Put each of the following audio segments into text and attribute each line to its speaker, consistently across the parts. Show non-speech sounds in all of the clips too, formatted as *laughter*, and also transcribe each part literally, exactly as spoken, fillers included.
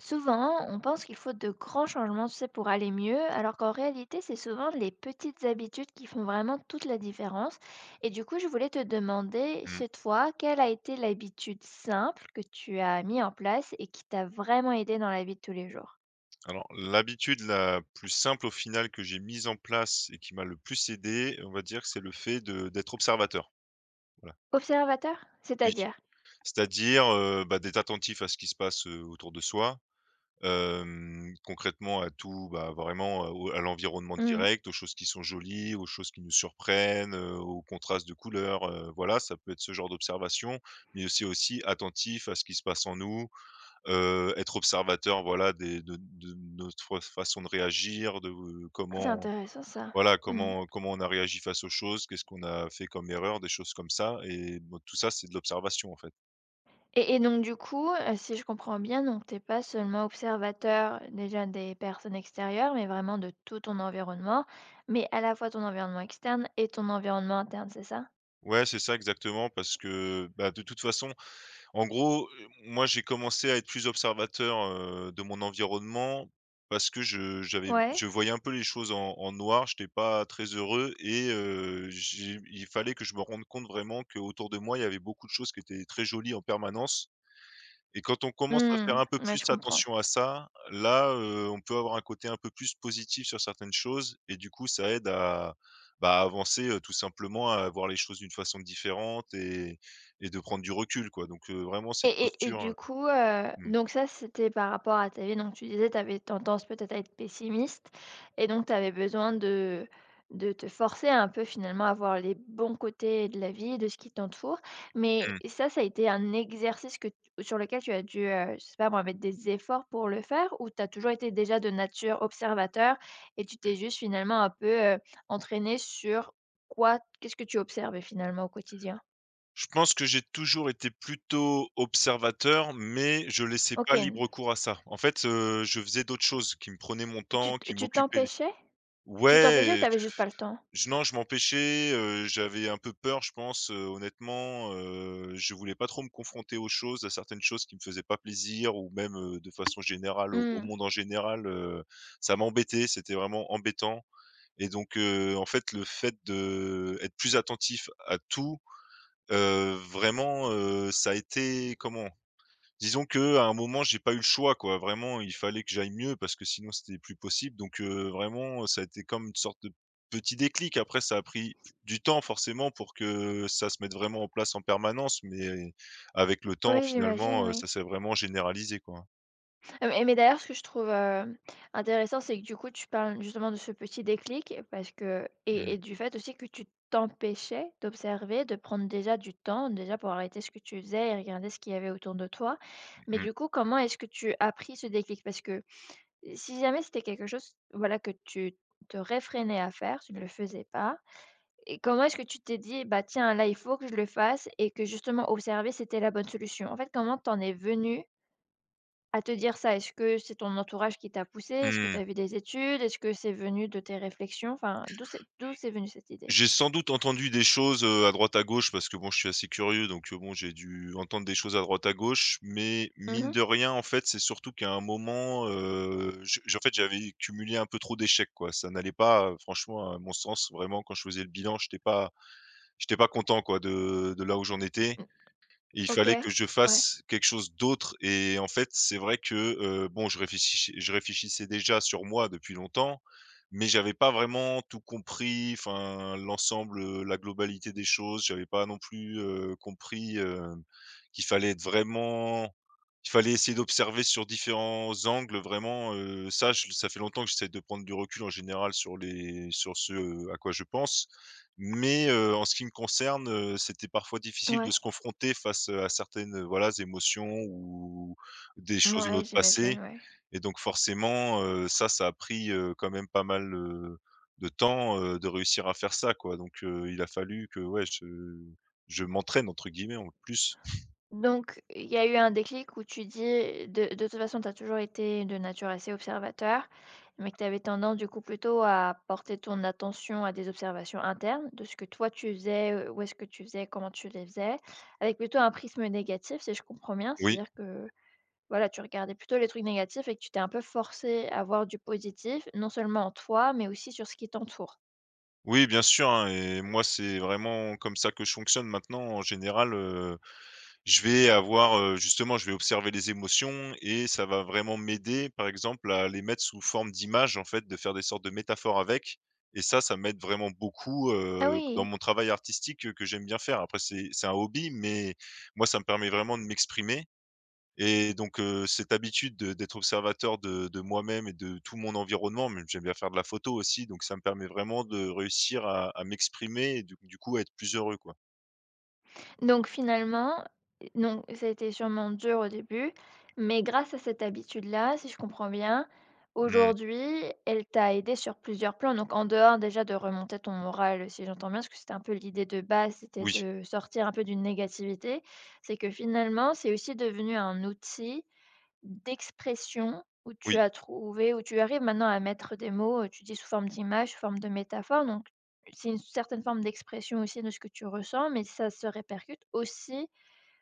Speaker 1: Souvent, on pense qu'il faut de grands changements, tu sais, pour aller mieux, alors qu'en réalité, c'est souvent les petites habitudes qui font vraiment toute la différence. Et du coup, je voulais te demander,
Speaker 2: Mmh.
Speaker 1: chez toi, quelle a été l'habitude simple que tu as mis en place et qui t'a vraiment aidé dans la vie de tous les jours?
Speaker 2: Alors l'habitude la plus simple au final que j'ai mise en place et qui m'a le plus aidé, on va dire, c'est le fait de d'être observateur. Voilà,
Speaker 1: Observateur?
Speaker 2: oui.
Speaker 1: C'est-à-dire?
Speaker 2: C'est-à-dire, heu, bah, d'être attentif à ce qui se passe, heu, autour de soi, hem, concrètement à tout, bah, vraiment, heu, au à l'environnement
Speaker 1: Hmm,
Speaker 2: direct, aux choses qui sont jolies, aux choses qui nous surprennent, heu, aux contrastes de couleurs, heu, voilà, ça peut être ce genre d'observation, mais aussi aussi attentif à ce qui se passe en nous. Heu, être observateur, voilà, des de de notre façon de réagir, de euh,
Speaker 1: c'est
Speaker 2: comment,
Speaker 1: intéressant ça.
Speaker 2: voilà,
Speaker 1: Mmh.
Speaker 2: comment comment on a réagi face aux choses, qu'est-ce qu'on a fait comme erreur, des choses comme ça. Et bon, tout ça, c'est de l'observation, en fait.
Speaker 1: Et et donc du coup, heu, si je comprends bien, donc t'es pas seulement observateur euh, déjà des personnes extérieures, mais vraiment de tout ton environnement, mais à la fois ton environnement externe et ton environnement interne, c'est ça?
Speaker 2: Ouais, c'est ça exactement parce que, bah, de toute façon. En gros, moi, j'ai commencé à être plus observateur, heu, de mon environnement parce que je j'avais
Speaker 1: Ouais.
Speaker 2: je voyais un peu les choses en en noir, je n'étais pas très heureux et heu, j'ai il fallait que je me rende compte vraiment qu'autour de moi, il y avait beaucoup de choses qui étaient très jolies en permanence. Et quand on commence à faire
Speaker 1: Hmm,
Speaker 2: un peu
Speaker 1: ouais,
Speaker 2: plus
Speaker 1: je comprends.
Speaker 2: attention à ça, là, heu, on peut avoir un côté un peu plus positif sur certaines choses et du coup, ça aide à, bah, à avancer, heu, tout simplement, à voir les choses d'une façon différente et et de prendre du recul, quoi. Donc, heu, vraiment cette
Speaker 1: Et et et
Speaker 2: posture.
Speaker 1: du
Speaker 2: Heu
Speaker 1: coup, heu,
Speaker 2: mmh,
Speaker 1: donc ça, c'était par rapport à ta vie. Donc tu disais, tu avais tendance peut-être à être pessimiste et donc tu avais besoin de de te forcer un peu finalement à voir les bons côtés de la vie, de ce qui t'entoure. Mais
Speaker 2: mmh,
Speaker 1: ça, ça a été un exercice que t sur lequel tu as dû, heu, je sais pas moi, mettre des efforts pour le faire ou tu as toujours été déjà de nature observateur et tu
Speaker 2: mmh.
Speaker 1: t'es juste finalement un peu, heu, entraîné sur quoi qu'est-ce que tu observes finalement au quotidien?
Speaker 2: Je pense que j'ai toujours été plutôt observateur, mais je laissais pas
Speaker 1: OK,
Speaker 2: libre cours à ça. En fait, heu, je faisais d'autres choses qui me prenaient mon
Speaker 1: tu
Speaker 2: temps, qui
Speaker 1: t tu
Speaker 2: m'occupaient.
Speaker 1: t'empêchais? Tu t'empêchais ou
Speaker 2: Ouais.
Speaker 1: t'avais juste pas le temps?
Speaker 2: Je Non, je m'empêchais, heu, j'avais un peu peur, je pense, heu, honnêtement, heu, je voulais pas trop me confronter aux choses, à certaines choses qui me faisaient pas plaisir ou même, heu, de façon générale au au
Speaker 1: Mmh.
Speaker 2: monde en général. Heu, ça m'embêtait, c'était vraiment embêtant. Et donc heu, en fait, le fait de être plus attentif à tout, heu, vraiment, heu, ça a été comment? Disons que à un moment, j'ai pas eu le choix, quoi. Vraiment, il fallait que j'aille mieux parce que sinon c'était plus possible. Donc, heu, vraiment, ça a été comme une sorte de petit déclic. Après, ça a pris du temps forcément pour que ça se mette vraiment en place en permanence, mais avec le temps,
Speaker 1: Oui, j'imagine,
Speaker 2: finalement, heu, ça
Speaker 1: oui.
Speaker 2: s'est vraiment généralisé, quoi.
Speaker 1: Heu, mais mais d'ailleurs, ce que je trouve, heu, intéressant, c'est que du coup, tu parles justement de ce petit déclic parce que et
Speaker 2: Mmh,
Speaker 1: et du fait aussi que tu t'empêchais d'observer, de prendre déjà du temps, déjà pour arrêter ce que tu faisais et regarder ce qu'il y avait autour de toi. Mais
Speaker 2: mmh,
Speaker 1: du coup, comment est-ce que tu as pris ce déclic? Parce que si jamais c'était quelque chose, voilà, que tu te réfrénais à faire, tu ne le faisais pas. Et comment est-ce que tu t'es dit: «Bah, tiens, là, il faut que je le fasse» et que justement observer, c'était la bonne solution? En fait, comment t'en es venu à te dire ça? Est-ce que c'est ton entourage qui t'a poussé? Est-ce que
Speaker 2: mmh.
Speaker 1: t'as vu des études? Est-ce que c'est venu de tes réflexions? Enfin, d'où c'est d'où c'est venu cette idée?
Speaker 2: J'ai sans doute entendu des choses, heu, à droite à gauche parce que bon, je suis assez curieux donc heu, bon, j'ai dû entendre des choses à droite à gauche, mais
Speaker 1: Mmh
Speaker 2: mine
Speaker 1: mh.
Speaker 2: de rien, en fait, c'est surtout qu'à un moment, heu, je je en fait, j'avais cumulé un peu trop d'échecs, quoi. Ça n'allait pas, heu, franchement, à mon sens, vraiment, quand je faisais le bilan, j'étais pas j'étais pas content, quoi, de de là où j'en étais.
Speaker 1: Mmh.
Speaker 2: Et il fallait que
Speaker 1: OK.
Speaker 2: je
Speaker 1: Ouais.
Speaker 2: fasse quelque chose d'autre. Et en fait, c'est vrai que, heu, bon, je réfléchissais je réfléchissais déjà sur moi depuis longtemps, mais j'avais pas vraiment tout compris, enfin l'ensemble, heu, la globalité des choses. J'avais pas non plus, heu, compris, hem, qu'il fallait être vraiment, il fallait essayer d'observer sur différents angles vraiment. Heu, ça je ça fait longtemps que j'essaie de prendre du recul en général sur les sur ce euh, à quoi je pense. Mais, heu, en ce qui me concerne, heu, c'était parfois difficile de
Speaker 1: Ouais.
Speaker 2: se confronter face, heu, à certaines, heu, voilà, émotions ou des choses de
Speaker 1: Ouais,
Speaker 2: notre passé.
Speaker 1: j'imagine, ouais.
Speaker 2: Et donc forcément, heu, ça, ça a pris, heu, quand même pas mal, heu, de temps, heu, de réussir à faire ça, quoi. Donc, heu, il a fallu que, ouais, je je «m'entraîne» entre guillemets, en plus.
Speaker 1: Donc, il y a eu un déclic où tu dis, de de toute façon, tu as toujours été de nature assez observateur, mais que tu avais tendance, du coup, plutôt à porter ton attention à des observations internes, de ce que toi tu faisais, heu, où est-ce que tu faisais, comment tu les faisais, avec plutôt un prisme négatif, si je comprends bien.
Speaker 2: Oui,
Speaker 1: C'est-à-dire que, voilà, tu regardais plutôt les trucs négatifs et que tu t'es un peu forcé à voir du positif, non seulement en toi, mais aussi sur ce qui t'entoure.
Speaker 2: oui, bien sûr, hein. Et moi, c'est vraiment comme ça que je fonctionne maintenant. En général, heu je vais avoir, heu, justement, je vais observer les émotions et ça va vraiment m'aider, par exemple, à les mettre sous forme d'images, en fait, de faire des sortes de métaphores avec. Et ça, ça m'aide vraiment beaucoup,
Speaker 1: Ah
Speaker 2: heu, dans
Speaker 1: oui!
Speaker 2: mon travail artistique, heu, que j'aime bien faire. Après, c'est c'est un hobby, mais moi, ça me permet vraiment de m'exprimer. Et donc heu, cette habitude de d'être observateur de de moi-même et de tout mon environnement. Mais j'aime bien faire de la photo aussi, donc ça me permet vraiment de réussir à à m'exprimer et du du coup à être plus heureux, quoi.
Speaker 1: Donc finalement, non, ça a été sûrement dur au début, mais grâce à cette habitude-là, si je comprends bien,
Speaker 2: Mmh.
Speaker 1: aujourd'hui, elle t'a aidé sur plusieurs plans. Donc en dehors déjà de remonter ton moral, si j'entends bien, parce que c'était un peu l'idée de base, c'était
Speaker 2: Oui,
Speaker 1: de sortir un peu d'une négativité, c'est que finalement, c'est aussi devenu un outil d'expression où tu
Speaker 2: oui.
Speaker 1: as trouvé, où tu arrives maintenant à mettre des mots, heu, tu dis sous forme d'image, sous forme de métaphore, donc c'est une certaine forme d'expression aussi de ce que tu ressens, mais ça se répercute aussi,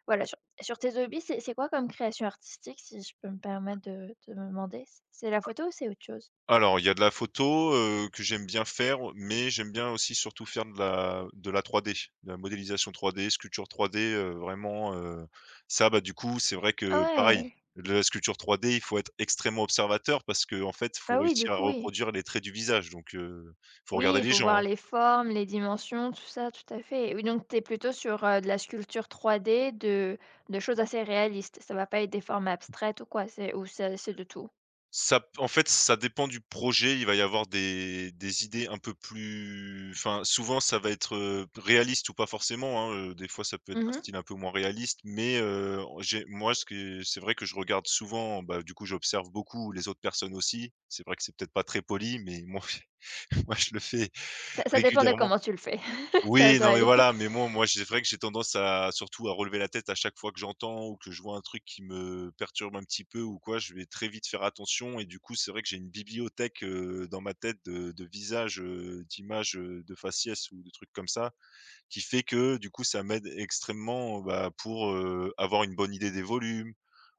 Speaker 1: voilà, sur sur tes hobbies. C'est c'est quoi comme création artistique, si je peux me permettre de te demander? C'est la photo ou c'est autre chose?
Speaker 2: Alors, il y a de la photo, heu, que j'aime bien faire, mais j'aime bien aussi surtout faire de la de la trois D, de la modélisation trois D, sculpture trois D. Heu, vraiment, heu, ça, bah, du coup, c'est vrai
Speaker 1: Ah
Speaker 2: que pareil,
Speaker 1: ouais!
Speaker 2: de la sculpture trois D, il faut être extrêmement observateur parce que en fait, faut
Speaker 1: Bah oui, du
Speaker 2: réussir à
Speaker 1: coup, oui.
Speaker 2: reproduire les traits du visage. Donc heu, faut
Speaker 1: Oui,
Speaker 2: regarder
Speaker 1: il
Speaker 2: les
Speaker 1: faut
Speaker 2: gens,
Speaker 1: voir
Speaker 2: hein.
Speaker 1: les formes, les dimensions, tout ça, tout à fait. Oui, donc tu es plutôt sur, heu, de la sculpture trois D de de choses assez réalistes. Ça va pas être des formes abstraites ou quoi, c'est ou c'est c'est de tout?
Speaker 2: Ça p En fait, ça dépend du projet. Il va y avoir des des idées un peu plus, enfin, souvent, ça va être, heu, réaliste ou pas forcément, hein. Heu, des fois, ça peut être un
Speaker 1: Mmh.
Speaker 2: style un peu moins réaliste, mais heu, j'ai moi, ce que c'est vrai que je regarde souvent, bah, du coup, j'observe beaucoup les autres personnes aussi. C'est vrai que c'est peut-être pas très poli, mais moi *laughs* moi, je le fais
Speaker 1: Ça ça dépend de
Speaker 2: régulièrement.
Speaker 1: comment tu le fais. *laughs* Ça
Speaker 2: Oui,
Speaker 1: doit
Speaker 2: non, mais
Speaker 1: aller.
Speaker 2: voilà, mais moi moi, c'est vrai que j'ai tendance à surtout à relever la tête à chaque fois que j'entends ou que je vois un truc qui me perturbe un petit peu ou quoi, je vais très vite faire attention. Et du coup, c'est vrai que j'ai une bibliothèque, heu, dans ma tête de de visages, heu, d'images, heu, de faciès ou de trucs comme ça, qui fait que, du coup, ça m'aide extrêmement, bah, pour, heu, avoir une bonne idée des volumes,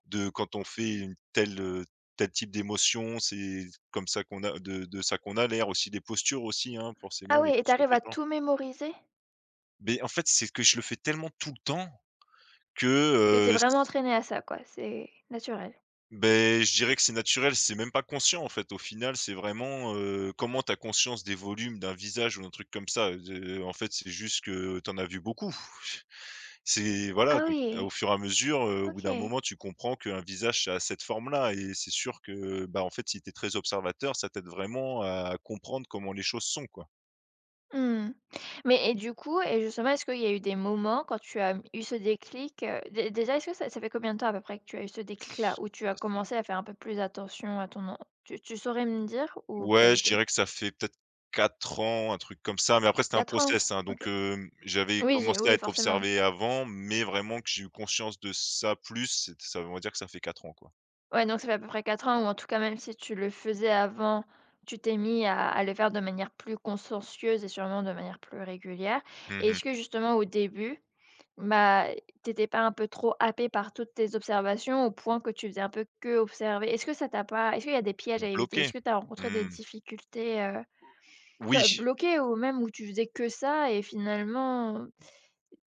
Speaker 2: de quand on fait une telle, heu, tel type d'émotion, c'est comme ça qu'on a de de ça qu'on a l'air aussi, des postures aussi, hein,
Speaker 1: Ah
Speaker 2: forcément, les
Speaker 1: oui, et
Speaker 2: postures
Speaker 1: t'arrives
Speaker 2: des
Speaker 1: à
Speaker 2: gens.
Speaker 1: tout mémoriser?
Speaker 2: Beh, en fait, c'est que je le fais tellement tout le temps que,
Speaker 1: Que t'es
Speaker 2: heu, c
Speaker 1: vraiment entraîné à ça, quoi, c'est naturel?
Speaker 2: beh, je dirais que c'est naturel, c'est même pas conscient, en fait. Au final, c'est vraiment, heu, comment tu as conscience des volumes d'un visage ou d'un truc comme ça? De En fait, c'est juste que tu en as vu beaucoup. *laughs* C'est voilà,
Speaker 1: Ah
Speaker 2: donc au
Speaker 1: oui,
Speaker 2: fur et à mesure, heu, au bout d'un
Speaker 1: OK.
Speaker 2: moment, tu comprends qu'un visage, ça a cette forme-là. Et c'est sûr que, bah, en fait, si tu es très observateur, ça t'aide vraiment à comprendre comment les choses sont, quoi.
Speaker 1: Mmh. Mais et du coup et justement, est-ce qu'il y a eu des moments quand tu as eu ce déclic, heu, dé déjà, est-ce que ça ça fait combien de temps à peu près que tu as eu ce déclic-là? Où tu
Speaker 2: Ouais,
Speaker 1: as
Speaker 2: c'est
Speaker 1: commencé à faire un peu plus attention à ton en tu tu saurais me dire ou pas
Speaker 2: Ouais,
Speaker 1: du
Speaker 2: je
Speaker 1: tout?
Speaker 2: dirais que ça fait peut-être quatre ans, un truc comme ça, mais après c'était un
Speaker 1: Quatre ans?
Speaker 2: process, hein. Donc
Speaker 1: OK.
Speaker 2: hem, j'avais
Speaker 1: Oui, j'ai
Speaker 2: commencé à
Speaker 1: oui,
Speaker 2: être
Speaker 1: forcément.
Speaker 2: observé avant, mais vraiment que j'ai eu conscience de ça plus, c'est ça veut dire que ça fait quatre ans, quoi.
Speaker 1: Ouais, donc ça fait à peu près quatre ans, ou en tout cas, même si tu le faisais avant, tu t'es mis à à le faire de manière plus consciencieuse et sûrement de manière plus régulière. Et
Speaker 2: Mmh.
Speaker 1: est-ce que justement au début, bah, t'étais pas un peu trop happé par toutes tes observations au point que tu faisais un peu que observer? Est-ce que ça t'a pas, est-ce qu'il y a des pièges à éviter? Est-ce
Speaker 2: Bloqué?
Speaker 1: que tu as rencontré des
Speaker 2: Mmh.
Speaker 1: difficultés, heu, tu
Speaker 2: Oui.
Speaker 1: vois, bloquées, ou même où tu faisais que ça et finalement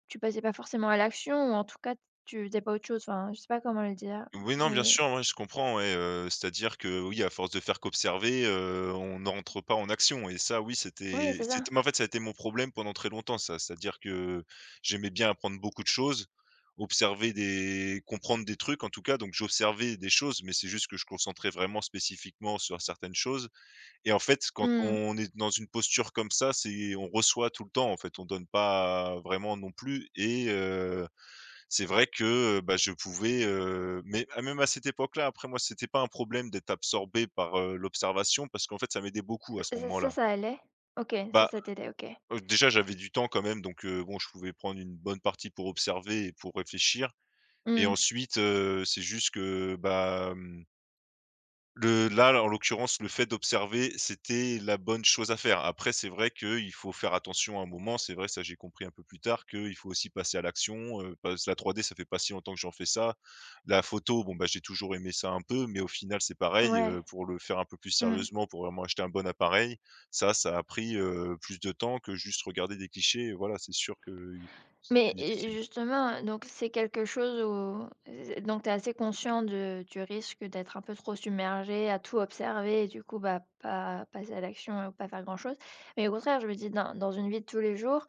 Speaker 1: tu passais pas forcément à l'action, ou en tout cas tu faisais pas autre chose? Enfin, je sais pas comment le dire,
Speaker 2: Oui, non, bien
Speaker 1: mais
Speaker 2: sûr, ouais, je comprends, ouais, heu, c'est-à-dire que, oui, à force de faire qu'observer, heu, on n'entre pas en action. Et ça, oui,
Speaker 1: oui,
Speaker 2: c'était
Speaker 1: c'est
Speaker 2: c'était
Speaker 1: ça.
Speaker 2: mais en fait, ça a été mon problème pendant très longtemps ça. C'est-à-dire que j'aimais bien apprendre beaucoup de choses, observer des comprendre des trucs en tout cas, donc j'observais des choses, mais c'est juste que je concentrais vraiment spécifiquement sur certaines choses. Et en fait, quand
Speaker 1: Mmh.
Speaker 2: on est dans une posture comme ça, c'est on reçoit tout le temps, en fait, on donne pas vraiment non plus. Et heu c'est vrai que, bah, je pouvais, heu, mais ah, même à cette époque-là, après moi, c'était pas un problème d'être absorbé par, heu, l'observation parce qu'en fait, ça m'aidait beaucoup à ce
Speaker 1: Ç ça
Speaker 2: moment-là.
Speaker 1: ça allait? OK, ça
Speaker 2: Bah,
Speaker 1: ça t'aidait, OK.
Speaker 2: heu, déjà, j'avais du temps quand même. Donc heu, bon, je pouvais prendre une bonne partie pour observer et pour réfléchir. Et
Speaker 1: Mmh.
Speaker 2: ensuite, heu, c'est juste que, bah, mmh le là, en l'occurrence, le fait d'observer, c'était la bonne chose à faire. Après, c'est vrai qu'il faut faire attention à un moment. C'est vrai, ça j'ai compris un peu plus tard, qu'il faut aussi passer à l'action, heu, parce que la trois d, ça fait pas si longtemps que j'en fais, ça. La photo, bon, bah, j'ai toujours aimé ça un peu, mais au final, c'est pareil,
Speaker 1: Ouais.
Speaker 2: heu, pour le faire un peu plus
Speaker 1: Mmh.
Speaker 2: sérieusement, pour vraiment acheter un bon appareil, ça, ça a pris, heu, plus de temps que juste regarder des clichés, voilà, c'est sûr que c'est plus
Speaker 1: Mais
Speaker 2: difficile.
Speaker 1: et justement, donc c'est quelque chose où z donc tu es assez conscient de du risque d'être un peu trop submergé, à tout observer et du coup, bah, pas passer à l'action ou pas faire grand-chose. Mais au contraire, je me dis dans dans une vie de tous les jours,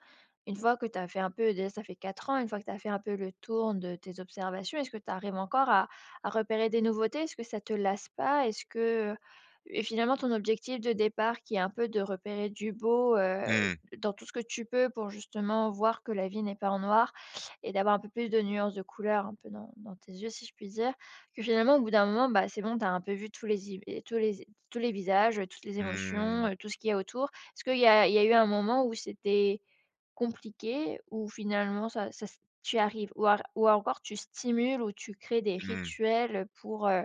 Speaker 1: une fois que tu as fait un peu déjà, ça fait quatre ans, une fois que tu as fait un peu le tour de tes observations, est-ce que tu arrives encore à à repérer des nouveautés? Est-ce que ça te lasse pas? Est-ce que, heu, finalement ton objectif de départ qui est un peu de repérer du beau,
Speaker 2: Mmh.
Speaker 1: dans tout ce que tu peux pour justement voir que la vie n'est pas en noir et d'avoir un peu plus de nuances de couleurs un peu dans, dans tes yeux, si je puis dire, que finalement, au bout d'un moment, bah, c'est bon, tu as un peu vu tous les, i- et tous les, tous les visages, euh, toutes les émotions,
Speaker 2: Mmh.
Speaker 1: euh, tout ce qu'il y a autour. Est-ce qu'il y a, il y a eu un moment où c'était compliqué, où finalement, ça, ça s- tu arrives, ou, ar- ou encore tu stimules, ou tu crées des
Speaker 2: Mmh.
Speaker 1: rituels pour euh,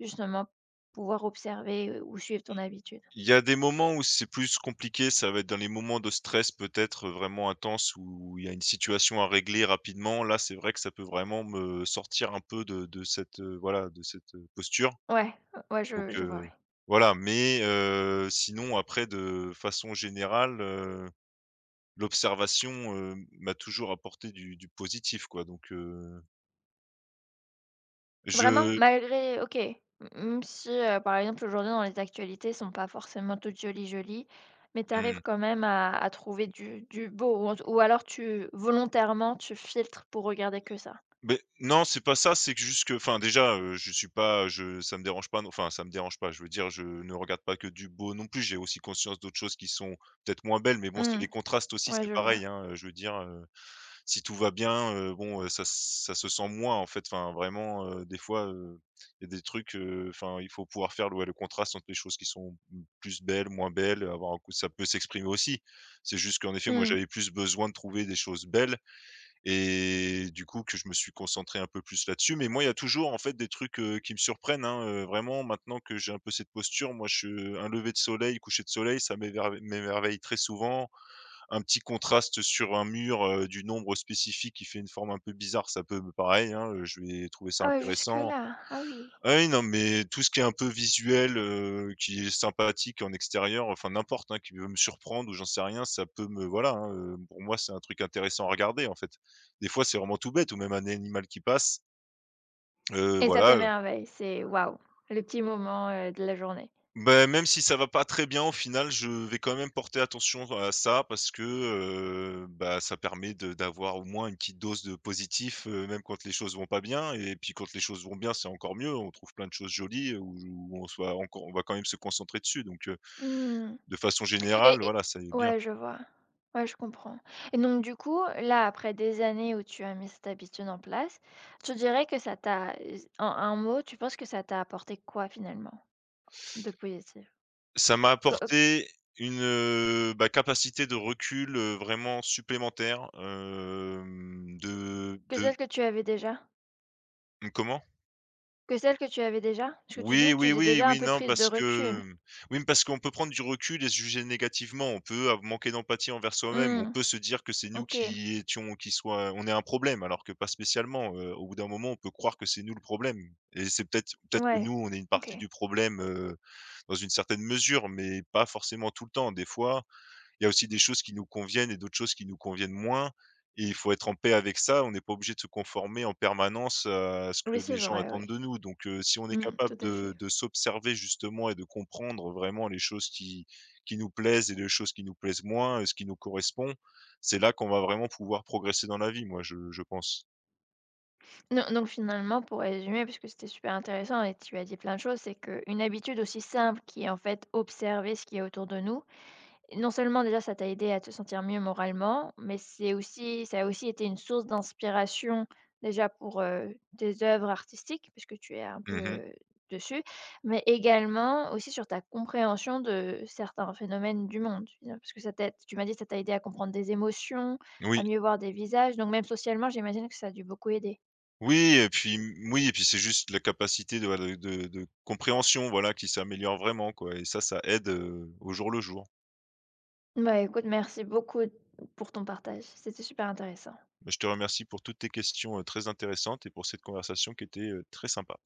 Speaker 1: justement pouvoir observer, euh, ou suivre ton habitude?
Speaker 2: Il y a des moments où c'est plus compliqué, ça va être dans les moments de stress peut-être, vraiment intense où il y a une situation à régler rapidement. Là, c'est vrai que ça peut vraiment me sortir un peu de de cette, heu, voilà, de cette, heu, posture.
Speaker 1: Ouais, ouais,
Speaker 2: Donc
Speaker 1: je, je vois.
Speaker 2: heu,
Speaker 1: Ouais.
Speaker 2: voilà, mais heu, sinon après de façon générale, heu, l'observation, heu, m'a toujours apporté du du positif quoi, donc heu,
Speaker 1: Vraiment?
Speaker 2: je
Speaker 1: Malgré, OK. Même si, heu, par exemple, aujourd'hui, dans les actualités, sont pas forcément toutes jolies, jolies, mais tu arrives
Speaker 2: mmh.
Speaker 1: quand même à à trouver du du beau, ou en, ou alors tu volontairement, tu filtres pour regarder que ça?
Speaker 2: Beh, non, c'est pas ça, c'est que juste que enfin déjà, heu, je suis pas je ça me dérange pas, non enfin ça me dérange pas, je veux dire, je ne regarde pas que du beau non plus, j'ai aussi conscience d'autres choses qui sont peut-être moins belles, mais bon, c'est
Speaker 1: Mmh.
Speaker 2: les contrastes aussi,
Speaker 1: Ouais,
Speaker 2: c'est
Speaker 1: je vois.
Speaker 2: pareil, hein, heu, je veux dire, heu, si tout va bien, heu, bon, heu, ça s ça se sent moins en fait, enfin vraiment, heu, des fois, heu, il y a des trucs, heu, enfin il faut pouvoir faire le ouais, le contraste entre les choses qui sont, mmh, plus belles, moins belles, avoir un coup ça peut s'exprimer aussi. C'est juste qu'en effet, moi
Speaker 1: Mmh.
Speaker 2: j'avais plus besoin de trouver des choses belles et du coup que je me suis concentré un peu plus là-dessus. Mais moi, il y a toujours en fait des trucs, heu, qui me surprennent, hein, heu, vraiment maintenant que j'ai un peu cette posture, moi je suis un lever de soleil, coucher de soleil, ça m'éverveille m'émerveille très souvent. Un petit contraste sur un mur, heu, du nombre spécifique qui fait une forme un peu bizarre, ça peut me pareil, hein, heu, je vais trouver ça
Speaker 1: Ah ouais,
Speaker 2: intéressant.
Speaker 1: jusque-là. Ah oui.
Speaker 2: Ah oui, non, mais tout ce qui est un peu visuel, heu, qui est sympathique en extérieur, enfin n'importe, hein, qui veut me surprendre ou j'en sais rien, ça peut me voilà, hein, heu, pour moi, c'est un truc intéressant à regarder, en fait. Des fois, c'est vraiment tout bête ou même un animal qui passe, heu,
Speaker 1: Et ça
Speaker 2: voilà, heu,
Speaker 1: t'émerveille, c'est waouh, le petit moment, heu, de la journée.
Speaker 2: bah, même si ça va pas très bien au final, je vais quand même porter attention à ça parce que, heu, bah, ça permet de d'avoir au moins une petite dose de positif, heu, même quand les choses vont pas bien et puis quand les choses vont bien, c'est encore mieux. On trouve plein de choses jolies, heu, où où on soit encore on va quand même se concentrer dessus donc heu
Speaker 1: Mmh.
Speaker 2: De façon générale,
Speaker 1: Et et
Speaker 2: voilà, ça est bien.
Speaker 1: ouais, je vois. Ouais, je comprends. Et donc du coup, là, après des années où tu as mis cette habitude en place, tu dirais que ça t'a, en un mot, tu penses que ça t'a apporté quoi finalement de positif?
Speaker 2: Ça m'a
Speaker 1: Que, heu,
Speaker 2: apporté une, heu, bah, capacité de recul, heu, vraiment supplémentaire, hem, de
Speaker 1: que
Speaker 2: de
Speaker 1: celle que tu avais déjà?
Speaker 2: mmh, comment?
Speaker 1: Que celle que tu avais déjà? Parce que tu
Speaker 2: Oui,
Speaker 1: disais que tu
Speaker 2: oui,
Speaker 1: faisais
Speaker 2: oui,
Speaker 1: déjà un
Speaker 2: oui,
Speaker 1: peu de
Speaker 2: non,
Speaker 1: prise de
Speaker 2: parce que,
Speaker 1: recul.
Speaker 2: mmh, oui, parce qu'on peut prendre du recul et se juger négativement. On peut av manquer d'empathie envers soi-même. On
Speaker 1: Mmh,
Speaker 2: peut se dire que c'est nous
Speaker 1: OK.
Speaker 2: qui étions qui soit on est un problème, alors que pas spécialement, heu, au bout d'un moment, on peut croire que c'est nous le problème et c'est peut-être peut-être que
Speaker 1: Ouais,
Speaker 2: nous, on est une partie
Speaker 1: OK.
Speaker 2: du problème, heu, dans une certaine mesure, mais pas forcément tout le temps. Des fois, il y a aussi des choses qui nous conviennent et d'autres choses qui nous conviennent moins et il faut être en paix avec ça. On n'est pas obligé de se conformer en permanence à ce que
Speaker 1: Oui,
Speaker 2: les
Speaker 1: c'est
Speaker 2: gens
Speaker 1: vrai, oui.
Speaker 2: attendent de nous. Donc, heu, si on est
Speaker 1: Mmh,
Speaker 2: capable
Speaker 1: tout à
Speaker 2: de
Speaker 1: fait.
Speaker 2: de s'observer justement et de comprendre vraiment les choses qui qui nous plaisent et les choses qui nous plaisent moins et ce qui nous correspond, c'est là qu'on va vraiment pouvoir progresser dans la vie, moi, je je pense.
Speaker 1: Non, donc finalement, pour résumer, parce que c'était super intéressant et tu as dit plein de choses, c'est qu'une habitude aussi simple qui est en fait observer ce qui est autour de nous, non seulement déjà ça t'a aidé à te sentir mieux moralement, mais c'est aussi, ça a aussi été une source d'inspiration déjà pour euh, tes œuvres artistiques, puisque tu es un
Speaker 2: Mmh.
Speaker 1: peu dessus, mais également aussi sur ta compréhension de certains phénomènes du monde. Parce que ça t'a, tu m'as dit que ça t'a aidé à comprendre des émotions, à
Speaker 2: Oui.
Speaker 1: mieux voir des visages, donc même socialement, j'imagine que ça a dû beaucoup aider.
Speaker 2: Oui et puis mmh, oui et puis c'est juste la capacité de, voilà, de de compréhension, voilà, qui s'améliore vraiment, quoi et ça, ça aide, heu, au jour le jour.
Speaker 1: Bah, écoute, merci beaucoup pour ton partage. C'était super intéressant.
Speaker 2: Bah, je te remercie pour toutes tes questions, heu, très intéressantes et pour cette conversation qui était, heu, très sympa.